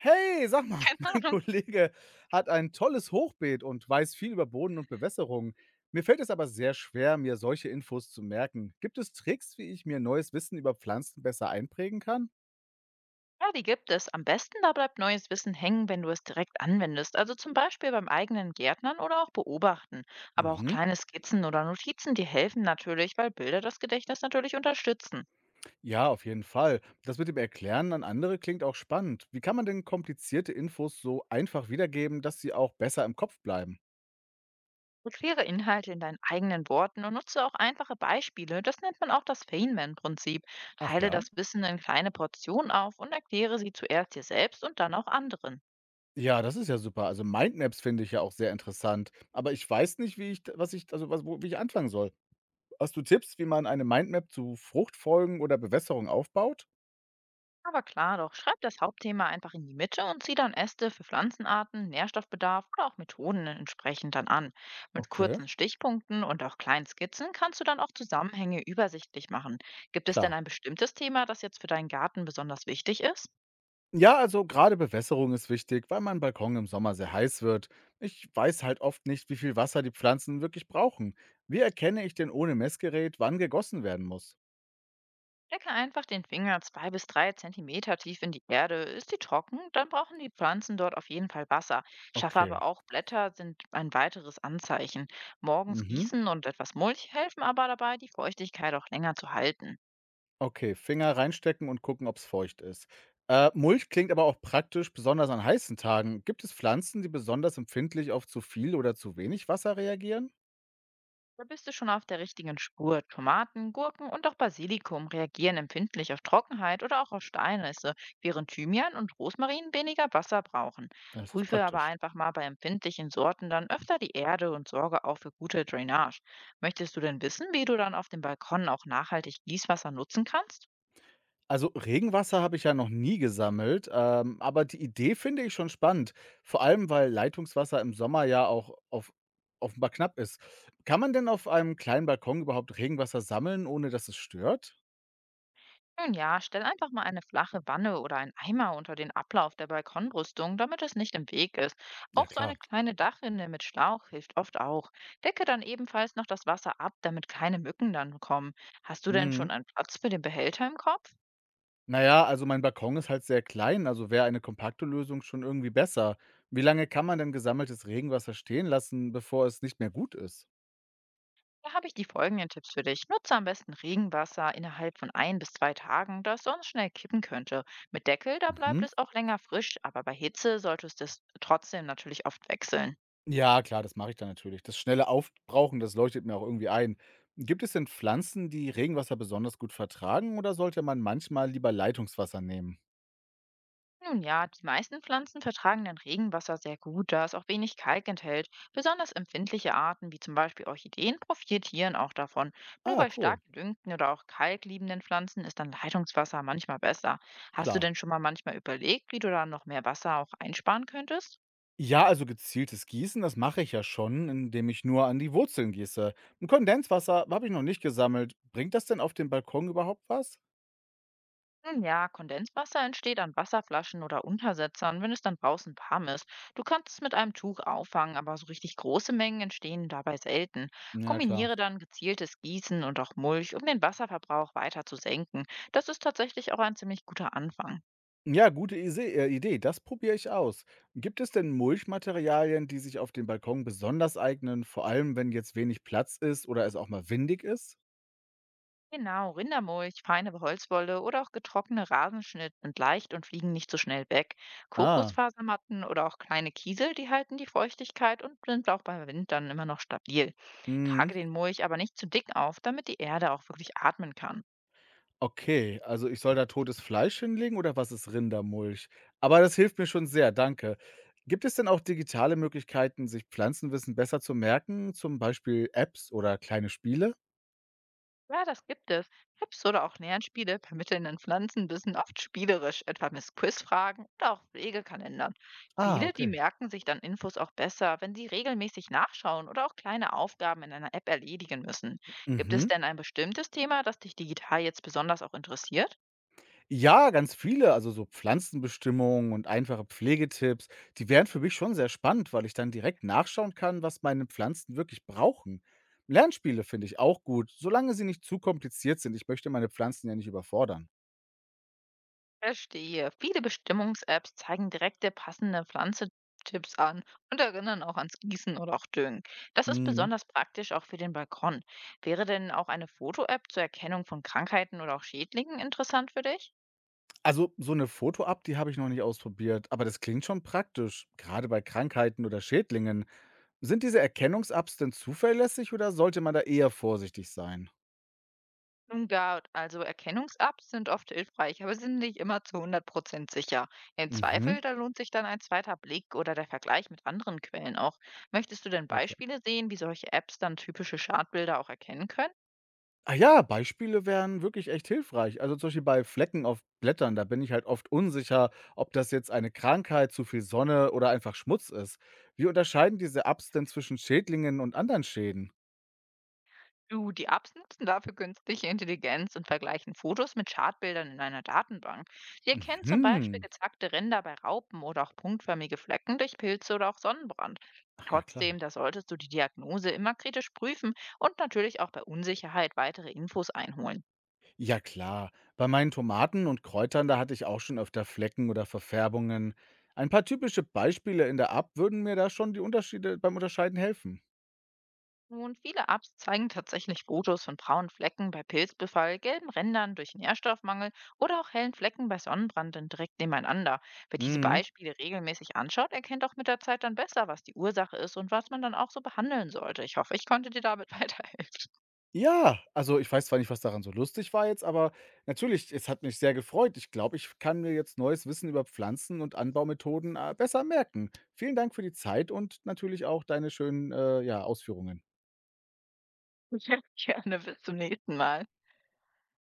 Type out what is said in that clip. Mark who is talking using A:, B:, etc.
A: Hey, sag mal,
B: Keine
A: mein
B: Ahnung.
A: Kollege hat ein tolles Hochbeet und weiß viel über Boden und Bewässerung. Mir fällt es aber sehr schwer, mir solche Infos zu merken. Gibt es Tricks, wie ich mir neues Wissen über Pflanzen besser einprägen kann?
B: Ja, die gibt es. Am besten, da bleibt neues Wissen hängen, wenn du es direkt anwendest. Also zum Beispiel beim eigenen Gärtnern oder auch beobachten. Aber auch
A: Mhm.
B: kleine Skizzen oder Notizen, die helfen natürlich, weil Bilder das Gedächtnis natürlich unterstützen.
A: Ja, auf jeden Fall. Das mit dem Erklären an andere klingt auch spannend. Wie kann man denn komplizierte Infos so einfach wiedergeben, dass sie auch besser im Kopf bleiben?
B: Erkläre Inhalte in deinen eigenen Worten und nutze auch einfache Beispiele. Das nennt man auch das Feynman-Prinzip.
A: Ach
B: Teile
A: ja?
B: das Wissen in kleine Portionen auf und erkläre sie zuerst dir selbst und dann auch anderen.
A: Ja, das ist ja super. Also Mindmaps finde ich ja auch sehr interessant. Aber ich weiß nicht, was ich, wie ich anfangen soll. Hast du Tipps, wie man eine Mindmap zu Fruchtfolgen oder Bewässerung aufbaut?
B: Aber klar doch, schreib das Hauptthema einfach in die Mitte und zieh dann Äste für Pflanzenarten, Nährstoffbedarf oder auch Methoden entsprechend dann an. Mit
A: Okay,
B: kurzen Stichpunkten und auch kleinen Skizzen kannst du dann auch Zusammenhänge übersichtlich machen. Gibt es denn
A: klar.
B: ein bestimmtes Thema, das jetzt für deinen Garten besonders wichtig ist?
A: Ja, also gerade Bewässerung ist wichtig, weil mein Balkon im Sommer sehr heiß wird. Ich weiß halt oft nicht, wie viel Wasser die Pflanzen wirklich brauchen. Wie erkenne ich denn ohne Messgerät, wann gegossen werden muss?
B: Stecke einfach den Finger 2 bis 3 Zentimeter tief in die Erde. Ist die trocken, dann brauchen die Pflanzen dort auf jeden Fall Wasser. Schaffe aber
A: Okay.
B: auch Blätter sind ein weiteres Anzeichen. Morgens
A: Mhm.
B: gießen und etwas Mulch helfen aber dabei, die Feuchtigkeit auch länger zu halten.
A: Okay, Finger reinstecken und gucken, ob es feucht ist. Mulch klingt aber auch praktisch, besonders an heißen Tagen. Gibt es Pflanzen, die besonders empfindlich auf zu viel oder zu wenig Wasser reagieren?
B: Da bist du schon auf der richtigen Spur. Tomaten, Gurken und auch Basilikum reagieren empfindlich auf Trockenheit oder auch auf Steinrisse, während Thymian und Rosmarin weniger Wasser brauchen.
A: Das ist
B: Prüfe aber
A: praktisch.
B: einfach mal bei empfindlichen Sorten dann öfter die Erde und sorge auch für gute Drainage. Möchtest du denn wissen, wie du dann auf dem Balkon auch nachhaltig Gießwasser nutzen kannst?
A: Also Regenwasser habe ich ja noch nie gesammelt, aber die Idee finde ich schon spannend, vor allem weil Leitungswasser im Sommer ja auch auf offenbar knapp ist. Kann man denn auf einem kleinen Balkon überhaupt Regenwasser sammeln, ohne dass es stört?
B: Nun ja, stell einfach mal eine flache Wanne oder einen Eimer unter den Ablauf der Balkonbrüstung, damit es nicht im Weg ist.
A: Ja,
B: Auch so eine
A: klar.
B: kleine Dachrinne mit Schlauch hilft oft auch. Decke dann ebenfalls noch das Wasser ab, damit keine Mücken dann kommen. Hast du denn schon
A: Mhm.
B: einen Platz für den Behälter im Kopf?
A: Naja, also mein Balkon ist halt sehr klein, also wäre eine kompakte Lösung schon irgendwie besser. Wie lange kann man denn gesammeltes Regenwasser stehen lassen, bevor es nicht mehr gut ist?
B: Da habe ich die folgenden Tipps für dich. Nutze am besten Regenwasser innerhalb von 1 bis 2 Tagen, das sonst schnell kippen könnte. Mit Deckel, da bleibt
A: Mhm.
B: es auch länger frisch, aber bei Hitze solltest du es trotzdem natürlich oft wechseln.
A: Ja, klar, das mache ich dann natürlich. Das schnelle Aufbrauchen, das leuchtet mir auch irgendwie ein. Gibt es denn Pflanzen, die Regenwasser besonders gut vertragen oder sollte man manchmal lieber Leitungswasser nehmen?
B: Nun ja, die meisten Pflanzen vertragen dann Regenwasser sehr gut, da es auch wenig Kalk enthält. Besonders empfindliche Arten wie zum Beispiel Orchideen profitieren auch davon. Nur
A: Ah,
B: bei
A: cool,
B: stark gedüngten oder auch kalkliebenden Pflanzen ist dann Leitungswasser manchmal besser. Hast du
A: klar.
B: denn schon mal manchmal überlegt, wie du da noch mehr Wasser auch einsparen könntest?
A: Ja, also gezieltes Gießen, das mache ich ja schon, indem ich nur an die Wurzeln gieße. Ein Kondenswasser habe ich noch nicht gesammelt. Bringt das denn auf dem Balkon überhaupt was?
B: Nun ja, Kondenswasser entsteht an Wasserflaschen oder Untersetzern, wenn es dann draußen warm ist. Du kannst es mit einem Tuch auffangen, aber so richtig große Mengen entstehen dabei selten.
A: Ja, klar.
B: Kombiniere dann gezieltes Gießen und auch Mulch, um den Wasserverbrauch weiter zu senken. Das ist tatsächlich auch ein ziemlich guter Anfang.
A: Ja, gute Ise Idee, das probiere ich aus. Gibt es denn Mulchmaterialien, die sich auf dem Balkon besonders eignen, vor allem wenn jetzt wenig Platz ist oder es auch mal windig ist?
B: Genau, Rindermulch, feine Holzwolle oder auch getrocknete Rasenschnitt sind leicht und fliegen nicht so schnell weg.
A: Ah,
B: Kokosfasermatten oder auch kleine Kiesel, die halten die Feuchtigkeit und sind auch bei Wind dann immer noch stabil. Trage
A: mhm.
B: den Mulch aber nicht zu dick auf, damit die Erde auch wirklich atmen kann.
A: Okay, also ich soll da totes Fleisch hinlegen oder was ist Rindermulch? Aber das hilft mir schon sehr, danke. Gibt es denn auch digitale Möglichkeiten, sich Pflanzenwissen besser zu merken, zum Beispiel Apps oder kleine Spiele?
B: Ja, das gibt es. Apps oder auch Lernspiele vermitteln in Pflanzenwissen oft spielerisch, etwa mit Quizfragen oder auch Pflegekalendern.
A: Ah,
B: Viele, die
A: okay.
B: merken sich dann Infos auch besser, wenn sie regelmäßig nachschauen oder auch kleine Aufgaben in einer App erledigen müssen. Gibt es
A: Mhm.
B: denn ein bestimmtes Thema, das dich digital jetzt besonders auch interessiert?
A: Ja, ganz viele, also so Pflanzenbestimmungen und einfache Pflegetipps, die wären für mich schon sehr spannend, weil ich dann direkt nachschauen kann, was meine Pflanzen wirklich brauchen. Lernspiele finde ich auch gut, solange sie nicht zu kompliziert sind. Ich möchte meine Pflanzen ja nicht überfordern.
B: Verstehe. Viele Bestimmungs-Apps zeigen direkt der passende Pflanze Tipps an und erinnern auch ans Gießen oder auch Düngen. Das ist
A: Mhm.
B: besonders praktisch auch für den Balkon. Wäre denn auch eine Foto-App zur Erkennung von Krankheiten oder auch Schädlingen interessant für dich?
A: Also so eine Foto-App, die habe ich noch nicht ausprobiert, aber das klingt schon praktisch, gerade bei Krankheiten oder Schädlingen. Sind diese Erkennungs-Apps denn zuverlässig oder sollte man da eher vorsichtig sein?
B: Nun ja, also Erkennungs-Apps sind oft hilfreich, aber sind nicht immer zu 100% sicher. Im
A: Mhm.
B: Zweifel, da lohnt sich dann ein zweiter Blick oder der Vergleich mit anderen Quellen auch. Möchtest du denn Beispiele sehen, wie solche Apps dann typische Schadbilder auch erkennen können?
A: Ah ja, Beispiele wären wirklich echt hilfreich. Also zum Beispiel bei Flecken auf Blättern, da bin ich halt oft unsicher, ob das jetzt eine Krankheit, zu viel Sonne oder einfach Schmutz ist. Wie unterscheiden diese Apps denn zwischen Schädlingen und anderen Schäden?
B: Du, die Apps nutzen dafür künstliche Intelligenz und vergleichen Fotos mit Chartbildern in einer Datenbank. Sie erkennen zum Beispiel
A: Mhm.
B: gezackte Ränder bei Raupen oder auch punktförmige Flecken durch Pilze oder auch Sonnenbrand.
A: Ach ja,
B: Trotzdem,
A: klar.
B: da solltest du die Diagnose immer kritisch prüfen und natürlich auch bei Unsicherheit weitere Infos einholen.
A: Ja, klar. Bei meinen Tomaten und Kräutern, da hatte ich auch schon öfter Flecken oder Verfärbungen. Ein paar typische Beispiele in der App würden mir da schon die Unterschiede beim Unterscheiden helfen.
B: Nun, viele Apps zeigen tatsächlich Fotos von braunen Flecken bei Pilzbefall, gelben Rändern durch Nährstoffmangel oder auch hellen Flecken bei Sonnenbrand dann direkt nebeneinander. Wer diese
A: Mhm.
B: Beispiele regelmäßig anschaut, erkennt auch mit der Zeit dann besser, was die Ursache ist und was man dann auch so behandeln sollte. Ich hoffe, ich konnte dir damit weiterhelfen.
A: Ja, also, ich weiß zwar nicht, was daran so lustig war jetzt, aber natürlich, es hat mich sehr gefreut. Ich glaube, ich kann mir jetzt neues Wissen über Pflanzen und Anbaumethoden, besser merken. Vielen Dank für die Zeit und natürlich auch deine schönen, Ausführungen.
B: Gerne, bis zum nächsten Mal.